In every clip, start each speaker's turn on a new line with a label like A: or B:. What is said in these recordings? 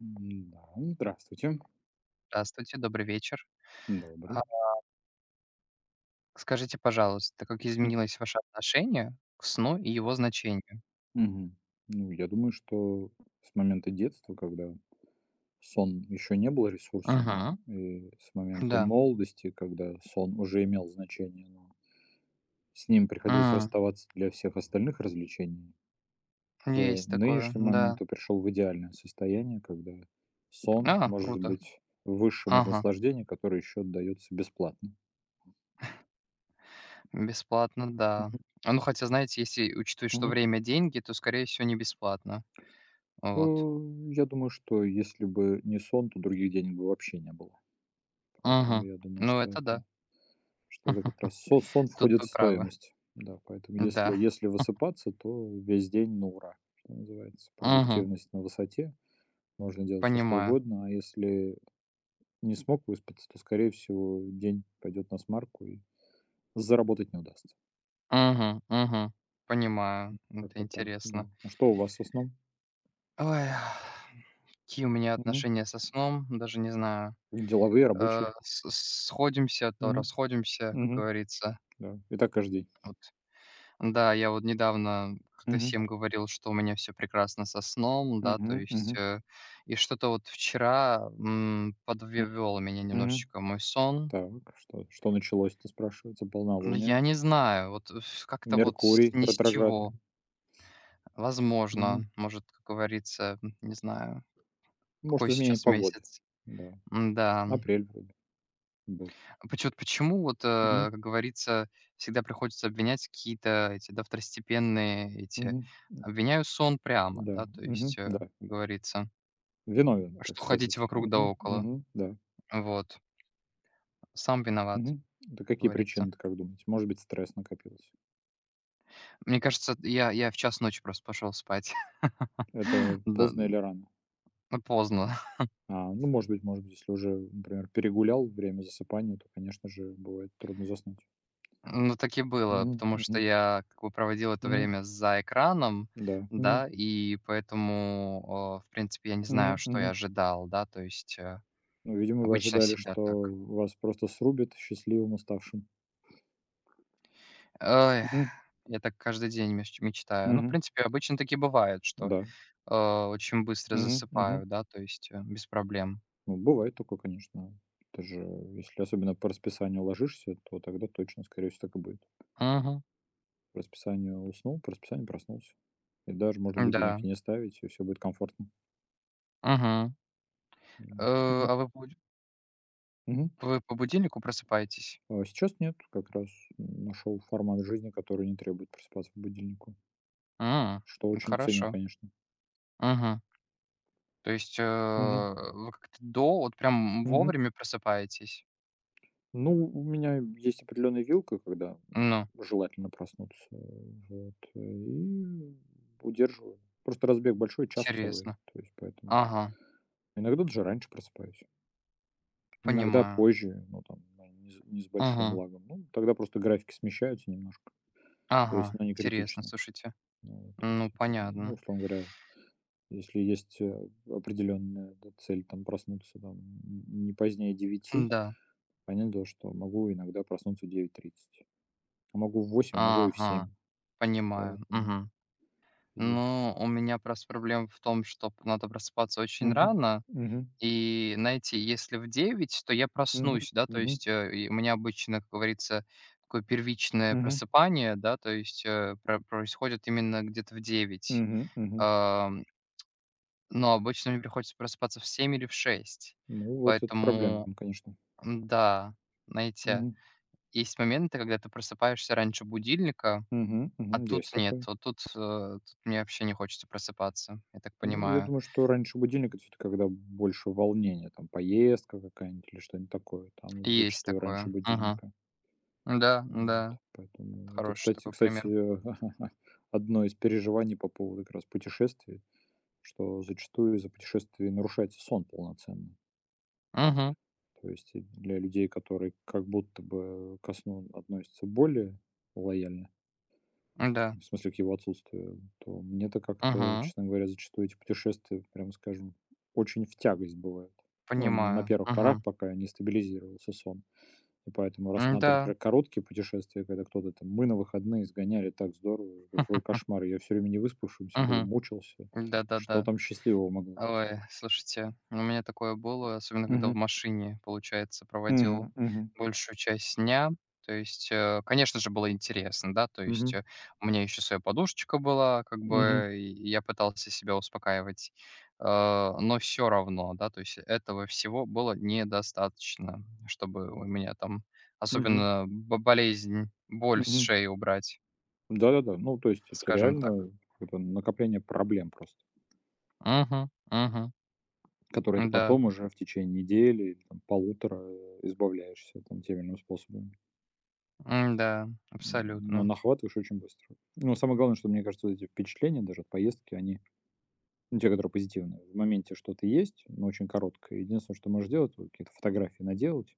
A: М-да, здравствуйте.
B: Здравствуйте, добрый вечер. А,
A: Добрый.
B: скажите, пожалуйста, как изменилось ваше отношение к сну и его значению?
A: Мгм. Ну, я думаю, что с момента детства, когда сон еще не был ресурсом,
B: Мгм.
A: и с момента
B: Да.
A: молодости, когда сон уже имел значение, но с ним приходилось
B: М,
A: расставаться для всех остальных развлечений, к
B: Есть такое,
A: нынешнему
B: да.
A: моменту пришел в идеальное состояние, когда сон
B: А,
A: может
B: круто.
A: быть высшим из
B: Ага.
A: наслаждений, которое еще отдается бесплатно.
B: Бесплатно, да.
A: Мгм.
B: А, ну, хотя, знаете, если учитывать, что
A: Мгм.
B: время — деньги, то, скорее всего, не бесплатно.
A: Э,
B: Вот.
A: я думаю, что если бы не сон, то других денег бы вообще не было. Поэтому
B: Мгм.
A: я думаю,
B: Ну, это да.
A: что это как раз со сон
B: Тут
A: входит
B: вы
A: в
B: правы.
A: стоимость. Да, поэтому если
B: Да.
A: если высыпаться, то весь день на ура, что называется.
B: Мгм.
A: Продуктивность на высоте, можно делать все что
B: Понимаю.
A: угодно, а если не смог выспаться, то, скорее всего, день пойдет на смарку и заработать не удастся.
B: Мгм, мгм. Понимаю. Это
A: Как-то так,
B: интересно.
A: да. А что у вас со сном?
B: Ой, какие у меня
A: Мгм.
B: отношения со сном, даже не знаю.
A: Деловые,
B: Э,
A: рабочие?
B: с с- сходимся, то
A: Мгм.
B: расходимся, как
A: Мгм.
B: говорится.
A: Да. И так каждый день.
B: Вот. Да, я вот недавно как-то
A: Мгм.
B: всем говорил, что у меня все прекрасно со сном, да, то
A: Мгм.
B: есть,
A: Мгм.
B: и что-то вот вчера,
A: М,
B: подвел меня
A: мгм.
B: немножечко мой сон.
A: Так, что началось-то, спрашивается?
B: Ну,
A: Полнолуние,
B: я не знаю, вот э, ф как-то вот с
A: Меркурий
B: ни с
A: ретроградный.
B: чего.
A: Мгм.
B: Возможно, может, как говорится, не знаю, какой
A: Может, изменение
B: сейчас
A: погоды.
B: месяц.
A: Да.
B: Да.
A: Апрель вроде был.
B: Почет почему вот,
A: Мгм,
B: как говорится, всегда приходится обвинять какие-то эти, да, второстепенные эти
A: мгм.
B: обвиняю сон прямо,
A: Да,
B: да, то
A: мгм,
B: есть,
A: да.
B: как говорится,
A: Виновен, так
B: что ходить
A: сказать.
B: вокруг да
A: Мгм,
B: около.
A: мгм, да.
B: Вот. Сам виноват,
A: Мгм. Да
B: как
A: какие
B: говорится.
A: причины-то, как думаете? Может быть, стресс накопился?
B: Мне кажется, я в час ночи просто пошел спать.
A: Это
B: Да,
A: поздно или рано?
B: ну, поздно.
A: А, ну, может быть, если уже, например, перегулял время засыпания, то, конечно же, бывает трудно заснуть.
B: Ну, так и было,
A: Мгм,
B: потому что
A: мгм,
B: я как бы проводил это
A: мгм.
B: время за экраном,
A: Да. Мгм,
B: да, и поэтому, в принципе, я не знаю,
A: мгм,
B: что я
A: мгм.
B: ожидал, да, то есть,
A: Ну, видимо, вы
B: Обычно
A: ожидали,
B: всегда
A: что
B: так.
A: вас просто срубит счастливым уставшим.
B: Ой,
A: Мгм.
B: я так каждый день мечтаю. Ну, в
A: Мгм.
B: принципе, обычно таки бывает, что,
A: Да.
B: очень быстро
A: Мгм. Мгм.
B: засыпаю, да, то есть, без проблем.
A: Ну, бывает такое, конечно. Это же, если особенно по расписанию ложишься, то тогда точно, скорее всего, так и будет.
B: Угу.
A: По расписанию уснул, по расписанию проснулся. И даже можно
B: Да.
A: будильники не ставить, и все будет комфортно.
B: Угу.
A: Вот. Мгм.
B: А
A: Мгм.
B: вы по будильнику просыпаетесь?
A: А сейчас нет, как раз нашел формат жизни, который не требует просыпаться по будильнику,
B: М,
A: что
B: это
A: очень ценю,
B: хорошо.
A: конечно.
B: Угу. То есть,
A: Мгм.
B: вы как-то до вот прям
A: Мгм.
B: вовремя просыпаетесь?
A: Ну, у меня есть определенная вилка, когда
B: Ну,
A: желательно проснуться. Вот. И удерживаю. Просто разбег большой, час целый.
B: интересно.
A: То есть поэтому.
B: Ага,
A: Иногда даже раньше просыпаюсь. Иногда
B: понимаю.
A: позже, ну там, ну, не с большим
B: Угу.
A: лагом. Ну, тогда просто графики смещаются немножко. То есть,
B: Ага,
A: но не
B: интересно,
A: критично.
B: слушайте.
A: Ну, вот, то есть
B: Ну,
A: это там, ну,
B: понятно.
A: условно говоря, если есть определенная да, цель там проснуться там не позднее девяти,
B: Да.
A: понятно, что могу иногда проснуться в девять тридцать. Могу в восемь, могу и в семь.
B: Ага, понимаю.
A: Поэтому
B: Мгм.
A: здесь.
B: Ну, у меня просто проблема в том, что надо просыпаться очень
A: Мгм.
B: рано.
A: Мгм.
B: И, знаете, если в 9, то я
A: Мгм.
B: проснусь, да, то
A: Мгм.
B: есть, и у меня обычно, как говорится, такое первичное
A: Мгм.
B: просыпание, да, то есть, происходит именно где-то в 9.
A: Мгм. Мгм.
B: Ам, но обычно мне приходится просыпаться в 7 или в 6.
A: Ну, вот это
B: Поэтому,
A: проблема, конечно.
B: м-да, знаете,
A: Мгм.
B: есть моменты, когда ты просыпаешься раньше будильника.
A: Мгм.
B: А
A: Мгм.
B: тут
A: Есть
B: нет,
A: такое.
B: вот тут, тут мне вообще не хочется просыпаться, я так
A: Ну, я
B: понимаю.
A: думаю, что раньше будильник- это всё-таки когда больше волнения, там поездка какая-нибудь или что-нибудь такое. Там вот
B: Есть
A: зачастую раньше
B: такое. Мгм.
A: будильника.
B: Да,
A: Вот.
B: да, это
A: Поэтому это,
B: хороший
A: кстати
B: такой
A: кстати,
B: пример.
A: одно из переживаний по поводу как раз путешествий, что зачастую из-за путешествий нарушается сон полноценно.
B: Мгм.
A: То есть и для людей, которые как будто бы ко сну относятся более лояльно,
B: Да.
A: в смысле к его отсутствию, то мне-то как-то,
B: Мгм.
A: честно говоря, зачастую эти путешествия, прямо скажем, очень в тягость бывают. Ну, на
B: Понимаю.
A: первых порах,
B: Мгм.
A: пока не стабилизировался сон. И поэтому рассматривать,
B: Да.
A: например, короткие путешествия, когда кто-то там: «Мы на выходные сгоняли, так здорово». Я говорю: «Какой кошмар, я все время не выспавшимся был,
B: Мгм.
A: мучился. Что
B: Да-да-да.
A: там счастливого могло быть?»
B: Ой, слушайте, у меня такое было, особенно когда в
A: Мгм.
B: машине, получается, проводил
A: Мгм. Мгм.
B: большую часть дня. То есть, конечно же, было интересно, да, то есть
A: Мгм.
B: у меня еще своя подушечка была, как
A: Мгм.
B: бы, и я пытался себя успокаивать, но все равно, да, то есть этого всего было недостаточно, чтобы у меня там,
A: Мгм.
B: особенно боль с
A: Мгм.
B: шеи убрать,
A: Да-да-да. Ну, то есть это
B: скажем так.
A: реально это накопление проблем просто,
B: Угу, угу,
A: которые ты
B: да,
A: потом уже в течение недели или там полутора избавляешься там теми или иным способом.
B: да,
A: Но
B: абсолютно.
A: нахватываешь очень быстро. Но самое главное, что мне кажется, вот эти впечатления даже от поездки, они, ну, те, которые позитивные, в моменте что-то есть, но очень короткое. Единственное, что можешь делать, вот какие-то фотографии наделать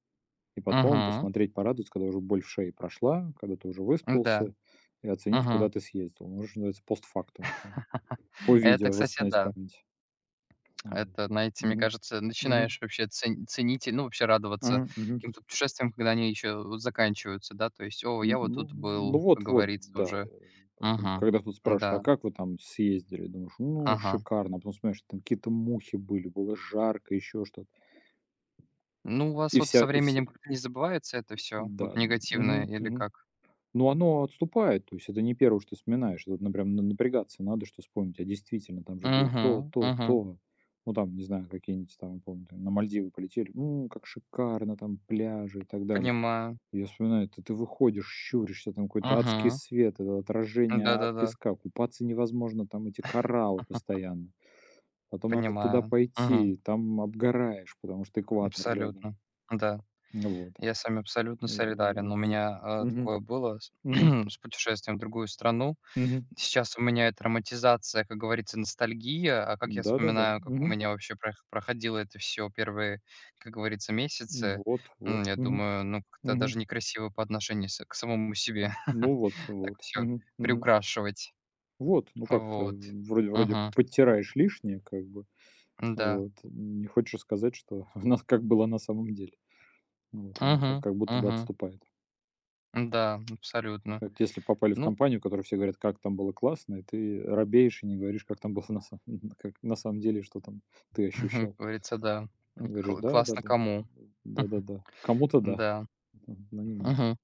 A: и потом
B: Мгм.
A: посмотреть, порадоваться, когда уже боль в шее прошла, когда ты уже
B: Да.
A: выспался, и оценить, куда
B: Мгм.
A: ты съездил. Можешь, называется, постфактум, по
B: Это,
A: видео
B: кстати,
A: восстановить
B: да.
A: память. Мгм.
B: Это, знаете, мне
A: Мгм.
B: кажется,
A: Мгм.
B: начинаешь вообще ценить и, ну, вообще радоваться
A: Ага, мгм.
B: каким-то путешествиям, когда они еще вот заканчиваются, да. То есть: «О,
A: Н
B: я вот
A: ну
B: тут
A: ну
B: был», как
A: вот-вот,
B: говорится,
A: да.
B: уже.
A: Поэтому,
B: Угу.
A: когда тут то спрашивает: «А
B: Да.
A: как вы там съездили?» Думаешь: «Ну,
B: Ага.
A: шикарно». А потом смотришь, там какие-то мухи были, было жарко, еще что-то.
B: Ну, у вас
A: И
B: вот
A: вся
B: со
A: и все
B: временем как-то не забывается это все
A: да.
B: вот негативное,
A: Мгм,
B: или
A: мгм.
B: как?
A: Но оно отступает, то есть это не первое что вспоминаешь. Тут на прям на напрягаться надо, что вспомнить. А действительно, там же было то,
B: Угу,
A: то,
B: угу.
A: то. Ну, там, не знаю, какие-нибудь там, помню, там на Мальдивы полетели. Как шикарно, там пляжи и так далее.
B: Понимаю.
A: Я вспоминаю, это ты выходишь, щуришься, там какой-то адский
B: Угу.
A: свет, это отражение от
B: Да-да-да.
A: песка. Купаться невозможно, там эти кораллы
B: Мгм.
A: постоянно. Потом надо туда
B: Понимаю. Угу.
A: пойти, и там обгораешь, потому что экватор рядом.
B: Абсолютно. Да.
A: Вот.
B: Я с вами абсолютно солидарен. У
A: В
B: меня,
A: Мгм.
B: такое было с
A: Мгм.
B: с путешествием в другую страну.
A: Мгм.
B: Сейчас у меня это романтизация, как говорится, ностальгия. А как я
A: Да-да-да.
B: вспоминаю, как у
A: Мгм.
B: меня вообще проходило это все первые, как говорится, месяцы,
A: Вот, вот.
B: я
A: Мгм.
B: думаю, ну, как-то даже
A: Мгм.
B: некрасиво по отношению с к самому себе
A: Ну вот,
B: так
A: вот.
B: все
A: Мгм. Мгм.
B: приукрашивать.
A: Вот, ну как-то
B: Вот.
A: вроде
B: Угу.
A: подтираешь лишнее, как бы.
B: Да.
A: Вот. Не хочешь сказать, что у нас как было на самом деле. Вот оно как
B: Угу.
A: как будто бы
B: Угу.
A: отступает.
B: Да, абсолютно.
A: Как если попали в
B: Ну,
A: компанию, в которой все говорят, как там было классно, и ты робеешь и не говоришь, как там было на самом как на самом деле, что там ты
B: как
A: ощущал.
B: говорится, да.
A: Говоришь:
B: Кл классно
A: «Да-да-да,
B: кому.
A: да-да-да, кому-то да,
B: Да.
A: но не мне».
B: Мгм.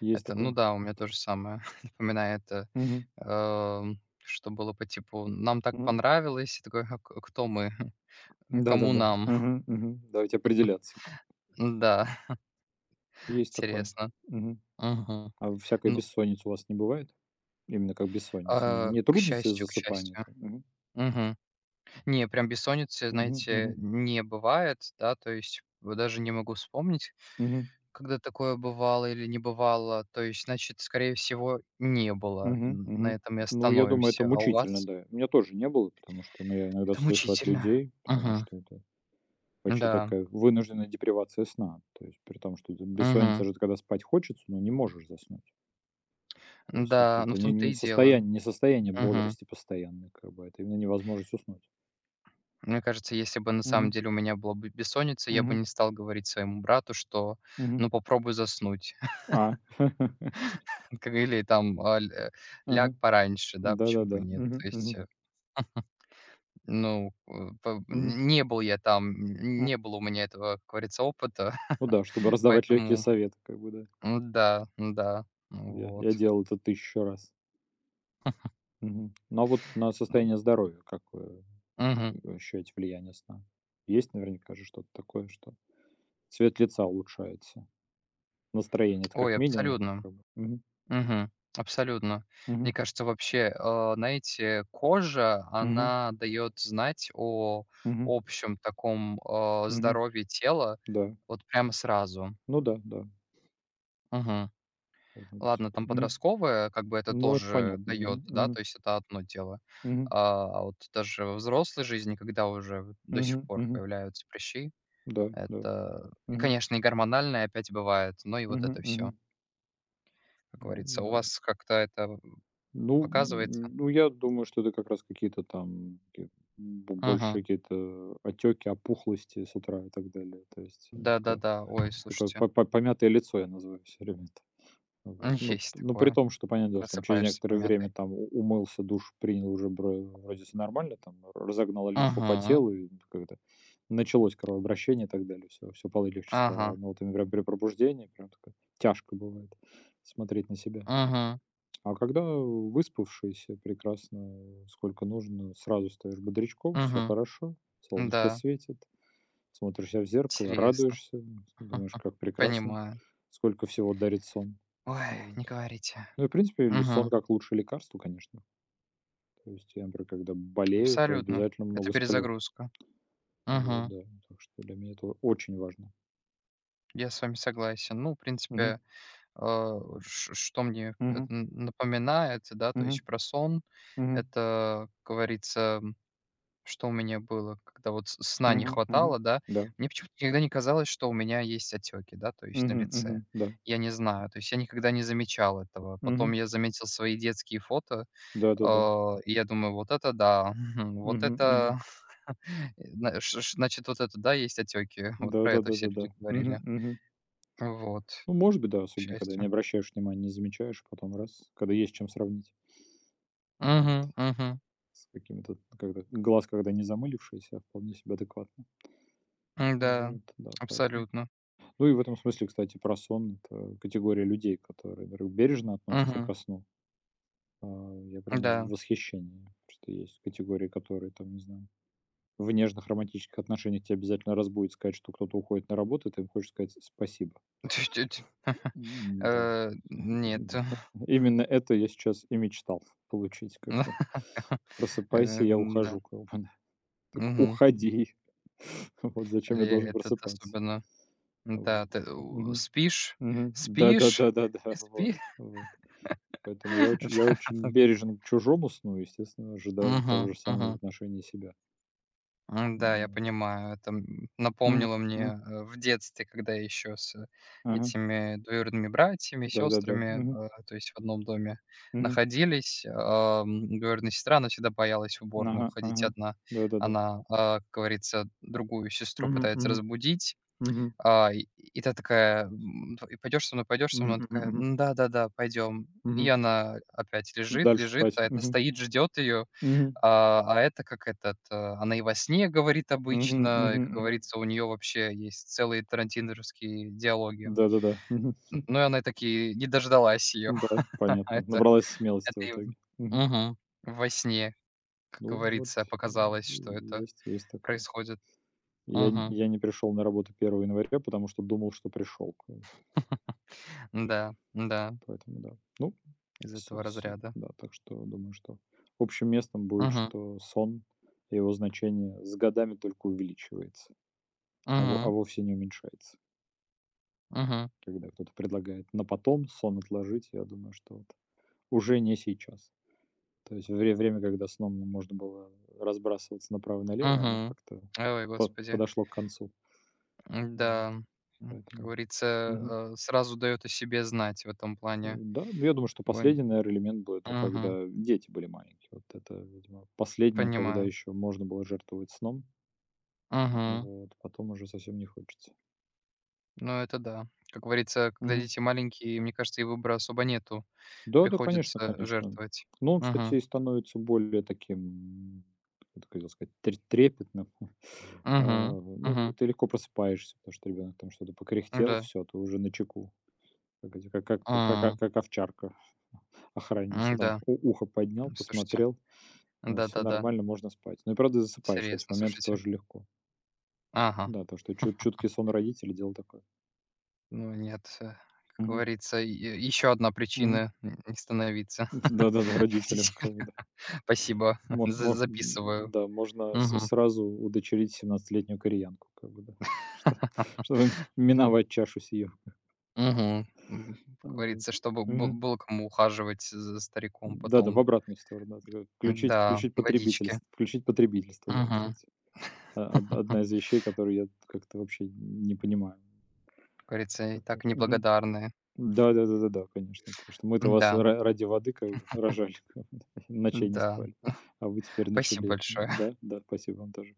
A: Есть
B: Это, ну
A: такое.
B: да, у меня то же самое. Напоминает,
A: Мгм,
B: что было по типу: «Нам так
A: мгм.
B: понравилось». И такой: «А к кто мы? Кому
A: Да-да-да.
B: нам?»
A: Мгм, мгм. Давайте определяться.
B: Да,
A: Есть такое.
B: интересно.
A: Мгм.
B: Мгм.
A: А всякой
B: Ну,
A: бессонницы у вас не бывает? Именно как бессонница.
B: а,
A: Не
B: к
A: трудности с
B: счастью, к
A: засыпанием
B: счастью.
A: там? Мгм,
B: Мгм. Не, прям бессонницы,
A: мгм,
B: знаете,
A: мгм,
B: не бывает, да, то есть вот даже не могу вспомнить,
A: мгм.
B: когда такое бывало или не бывало. То есть, значит, скорее всего, не было.
A: Мгм,
B: Н на
A: мгм.
B: этом и
A: Ну, я думаю, это
B: остановимся. А у
A: мучительно,
B: вас?
A: да. У меня тоже не было, потому что, ну, я иногда
B: Это
A: слышу от
B: мучительно.
A: людей, потому
B: Угу.
A: что это почти
B: Да.
A: такая вынужденная депривация сна. То есть при том, что бессонница
B: Мгм.
A: же, это когда спать хочется, но не можешь заснуть. То есть это,
B: Да, ну
A: это
B: в
A: не,
B: том-то
A: не,
B: и дело.
A: состояние, не состояние
B: Мгм.
A: бодрости постоянной, как бы, а это именно невозможность уснуть.
B: Мне кажется, если бы на самом
A: Мгм,
B: деле у меня была бы бессонница, я бы
A: мгм,
B: не стал говорить своему брату, что ну
A: мгм.
B: попробуй заснуть.
A: А,
B: Как или там ляг
A: ага.
B: пораньше, да, почему бы и
A: Да-да-да.
B: нет.
A: Мгм,
B: То есть,
A: мгм,
B: ну,
A: мгм.
B: не был я там,
A: М.
B: не было у меня этого, как говорится, опыта,
A: Ну да, чтобы раздавать легкие
B: поэтому
A: советы, как бы, да.
B: да, да,
A: Я,
B: вот.
A: я делал это тысячу раз. Мгм. Но вот на
B: Ну,
A: состояние здоровья как вы
B: мгм.
A: ощущаете влияние сна? Есть наверняка же что-то такое, что цвет лица улучшается, настроение это как
B: Ой,
A: минимум,
B: абсолютно.
A: как бы. Мгм.
B: Мгм. Абсолютно.
A: Мгм.
B: Мне кажется, вообще, знаете, кожа,
A: Мгм.
B: она дает знать о
A: Мгм.
B: общем таком,
A: Мгм.
B: здоровье тела
A: Да.
B: вот прямо сразу.
A: Ну да, да.
B: Мгм.
A: Поэтому здесь
B: Ладно,
A: вот.
B: там
A: Мгм.
B: подростковое, как бы это
A: Ну, это
B: тоже
A: понятно.
B: дает,
A: Мгм.
B: да,
A: Мгм.
B: то есть это одно дело.
A: Мгм.
B: А вот даже во взрослой жизни, когда уже вот до сих
A: Мгм.
B: пор
A: Мгм.
B: появляются прыщи,
A: Да, да.
B: это, и,
A: Мгм.
B: конечно, и гормональное опять бывает, но и вот
A: Мгм.
B: это все
A: Мгм.
B: как
A: Ну
B: говорится. У
A: да.
B: вас как-то это
A: Ну,
B: показывается?
A: ну, я думаю, что это как раз какие-то там больше
B: Мгм.
A: какие-то отеки, опухлости с утра и так далее. То есть такое,
B: Да-да-да. Ой,
A: такое
B: слушайте,
A: по- по- помятое лицо я называю все время. Это. Вот. Ну,
B: есть
A: ну, при
B: такое.
A: том, что, понятное дело, что там через
B: Просыпаешься
A: некоторое
B: помятый.
A: время там умылся, душ принял, уже вроде все нормально, там разогнала лимфу по
B: Мгм.
A: телу, и как-то началось кровообращение и так далее, все, все полегче
B: Ага.
A: стало. Но вот именно прям при пробуждении прям такое тяжко бывает смотреть на себя.
B: Мгм.
A: А когда выспавшийся прекрасно, сколько нужно, сразу стаешь бодрячком, все
B: Мгм.
A: хорошо, солнышко
B: Да,
A: светит, смотришься в зеркало,
B: интересно.
A: радуешься, думаешь, как прекрасно,
B: Понимаю.
A: сколько всего дарит сон.
B: Ой,
A: Вот.
B: не говорите.
A: Ну и, в принципе, ль сон
B: Мгм.
A: как лучшее лекарство, конечно. То есть я, например, когда болею, то
B: Абсолютно.
A: обязательно
B: Это
A: много сплю.
B: перезагрузка.
A: Вот,
B: Мгм.
A: да. Так что для меня это очень важно.
B: Я с вами согласен. Ну, в
A: Мгм.
B: принципе, э, ш что мне это
A: Мгм.
B: н напоминает, да, то
A: Мгм.
B: есть про сон,
A: Мгм.
B: это, как говорится. Что у меня было, когда вот с сна не
A: Мгм. Мгм.
B: хватало, да.
A: Да.
B: Мне почему-то никогда не казалось, что у меня есть отеки, да, то есть на
A: Мгм.
B: лице.
A: Мгм. Да.
B: Я не знаю, то есть я никогда не замечал этого.
A: Мгм.
B: Потом я заметил свои детские фото,
A: Да-да-да.
B: и я думаю: «Вот это да, вот
A: Мгм. Мгм.
B: это, зна ш ш значит, вот это да, есть отеки». Вот про это все люди
A: Да-да-да-да-да. Мгм,
B: говорили.
A: мгм.
B: Вот,
A: Ну, может быть, да,
B: к
A: особенно когда не
B: счастью.
A: обращаешь внимания, не замечаешь, а потом раз, когда есть чем сравнить. Вот.
B: Мгм, мгм.
A: С каким-то, когда не замылившийся, а вполне себе адекватно.
B: Да,
A: Вот, да, поэтому.
B: абсолютно.
A: Ну и в этом смысле, кстати, про сон- это категория людей, которые, во-первых, бережно относятся
B: Мгм,
A: ко сну. А, я прям в
B: да.
A: восхищении, что есть категории, которые там, не знаю, в нежных романтических отношениях тебе обязательно разбудит сказать, что кто-то уходит на работу, и ты им хочешь сказать спасибо.
B: Чуть-чуть.
A: Да.
B: Нет.
A: Да, именно это я сейчас и мечтал получить, как бы.
B: Э,
A: Просыпайся, я
B: да
A: ухожу, как бы, да. Так
B: Мгм.
A: уходи. Вот зачем я
B: Или
A: должен
B: этот
A: просыпаться?
B: особенно, да,
A: Вот.
B: ты
A: Мгм. Мгм.
B: спишь
A: Да-да-да-да-да.
B: и
A: Вот,
B: спи.
A: вот. Поэтому я очень я очень
B: Да.
A: бережен к чужому сну, естественно, ожидаю
B: Мгм,
A: того же самого в
B: мгм.
A: отношении себя.
B: М-да, я
A: Вот.
B: понимаю. Это,
A: Мгм.
B: напомнило мне,
A: Мгм.
B: в детстве, когда я еще с
A: Ага.
B: этими двоюродными братьями,
A: Да-да-да.
B: сестрами,
A: Мгм.
B: то есть в одном доме
A: Мгм.
B: находились. Двоюродная сестра, она всегда боялась в уборную
A: Ага,
B: ходить
A: ага.
B: одна.
A: Да-да-да.
B: Она, как говорится, другую сестру
A: Мгм.
B: пытается
A: Мгм.
B: разбудить.
A: Мгм.
B: И та такая, и пойдешь со мной, пойдешь со мной? Она
A: Мгм. Мгм.
B: такая:
A: Мгм.
B: «да-да-да, пойдем». И
A: Мгм.
B: она опять лежит,
A: Дальше
B: лежит,
A: спать.
B: а это
A: Мгм.
B: стоит, ждет ее.
A: Мгм.
B: А это как этот, она и во сне говорит
A: Мгм,
B: обычно, и,
A: мгм,
B: как
A: мгм.
B: говорится, у нее вообще есть целые тарантиновские диалоги.
A: Да-да-да. Мгм.
B: Ну и она таки не дождалась ее.
A: Да, понятно.
B: Это
A: Набралась смелости в
B: это и в
A: итоге. Мгм.
B: мгм. Во сне, как
A: Ну вот,
B: говорится,
A: м,
B: показалось, что это
A: есть такое.
B: происходит.
A: Я н
B: Мгм.
A: я не пришел на работу 1 января, потому что думал, что пришел.
B: Да, да,
A: Поэтому да. Ну,
B: из этого
A: с
B: разряда.
A: да, так что думаю, что общим местом будет,
B: Мгм.
A: что сон и его значение с годами только увеличивается, а во а
B: Мгм,
A: вовсе не уменьшается.
B: мгм,
A: Когда кто-то предлагает на потом сон отложить, я думаю, что вот уже не сейчас. То есть время, когда сном можно было разбрасываться направо и налево, оно
B: мгм.
A: как-то
B: Ой,
A: под
B: господи.
A: подошло к концу. Вот,
B: Да, как
A: поэтому мгм.
B: говорится, сразу дает о себе знать в этом плане.
A: Да, ну, я думаю, что
B: Вон.
A: последний, наверное, элемент был- это
B: Мгм,
A: когда дети были маленькие. Вот это, видимо, последнее, когда
B: понимаю.
A: еще можно было жертвовать сном.
B: Мгм.
A: Вот, потом уже совсем не хочется.
B: Ну, это да. Как говорится, когда
A: Мгм.
B: дети маленькие, мне кажется, и выбора особо нету.
A: Да-да, конечно
B: Приходится
A: конечно.
B: жертвовать.
A: Но он, кстати,
B: Мгм,
A: и становится более таким, как это хотел сказать, трепетным. А,
B: мгм,
A: ну,
B: мгм.
A: ты легко просыпаешься, потому что ребенок там что-то покряхтел,
B: Да.
A: все, ты уже на чеку. Как эти
B: М,
A: как овчарка, охранница там
B: м-да.
A: у ухо поднял,
B: Слушайте,
A: посмотрел, вот, всё
B: да-да-да.
A: нормально, можно спать. Ну и правда засыпаешь в эти
B: Серьезно,
A: моменты
B: слушайте.
A: тоже легко.
B: Ага.
A: Да, то, что чуткий сон родителей- дело такое.
B: Ну нет, как
A: Мгм,
B: говорится, еще одна
A: мгм.
B: причина н не становиться
A: Да-да-да, родителям
B: родителем.
A: как бы, да.
B: Спасибо,
A: Мо
B: за
A: мо
B: записываю.
A: Да, можно с
B: Мгм.
A: сразу удочерить семнадцатилетнюю кореянку, как бы, да, что чтобы миновать чашу сию.
B: Мгм. М,
A: А,
B: как
A: вот.
B: говорится, чтобы бы
A: Мгм.
B: было кому ухаживать за стариком
A: Да-да, в
B: потом.
A: обратную сторону, это как включить
B: Да,
A: включить
B: водички.
A: потребительс включить потребительство, да,
B: Мгм.
A: кстати. А од одна из вещей, которую я как-то вообще не понимаю.
B: Как говорится, и так
A: Которая мгм.
B: неблагодарные.
A: Да-да-да-да-да, конечно, потому что мы-то вас
B: Да,
A: ра ради воды как бы рожали, как бы, ночей не
B: да.
A: спали, а вы теперь
B: Спасибо
A: начали.
B: большое.
A: Да, да, спасибо вам тоже.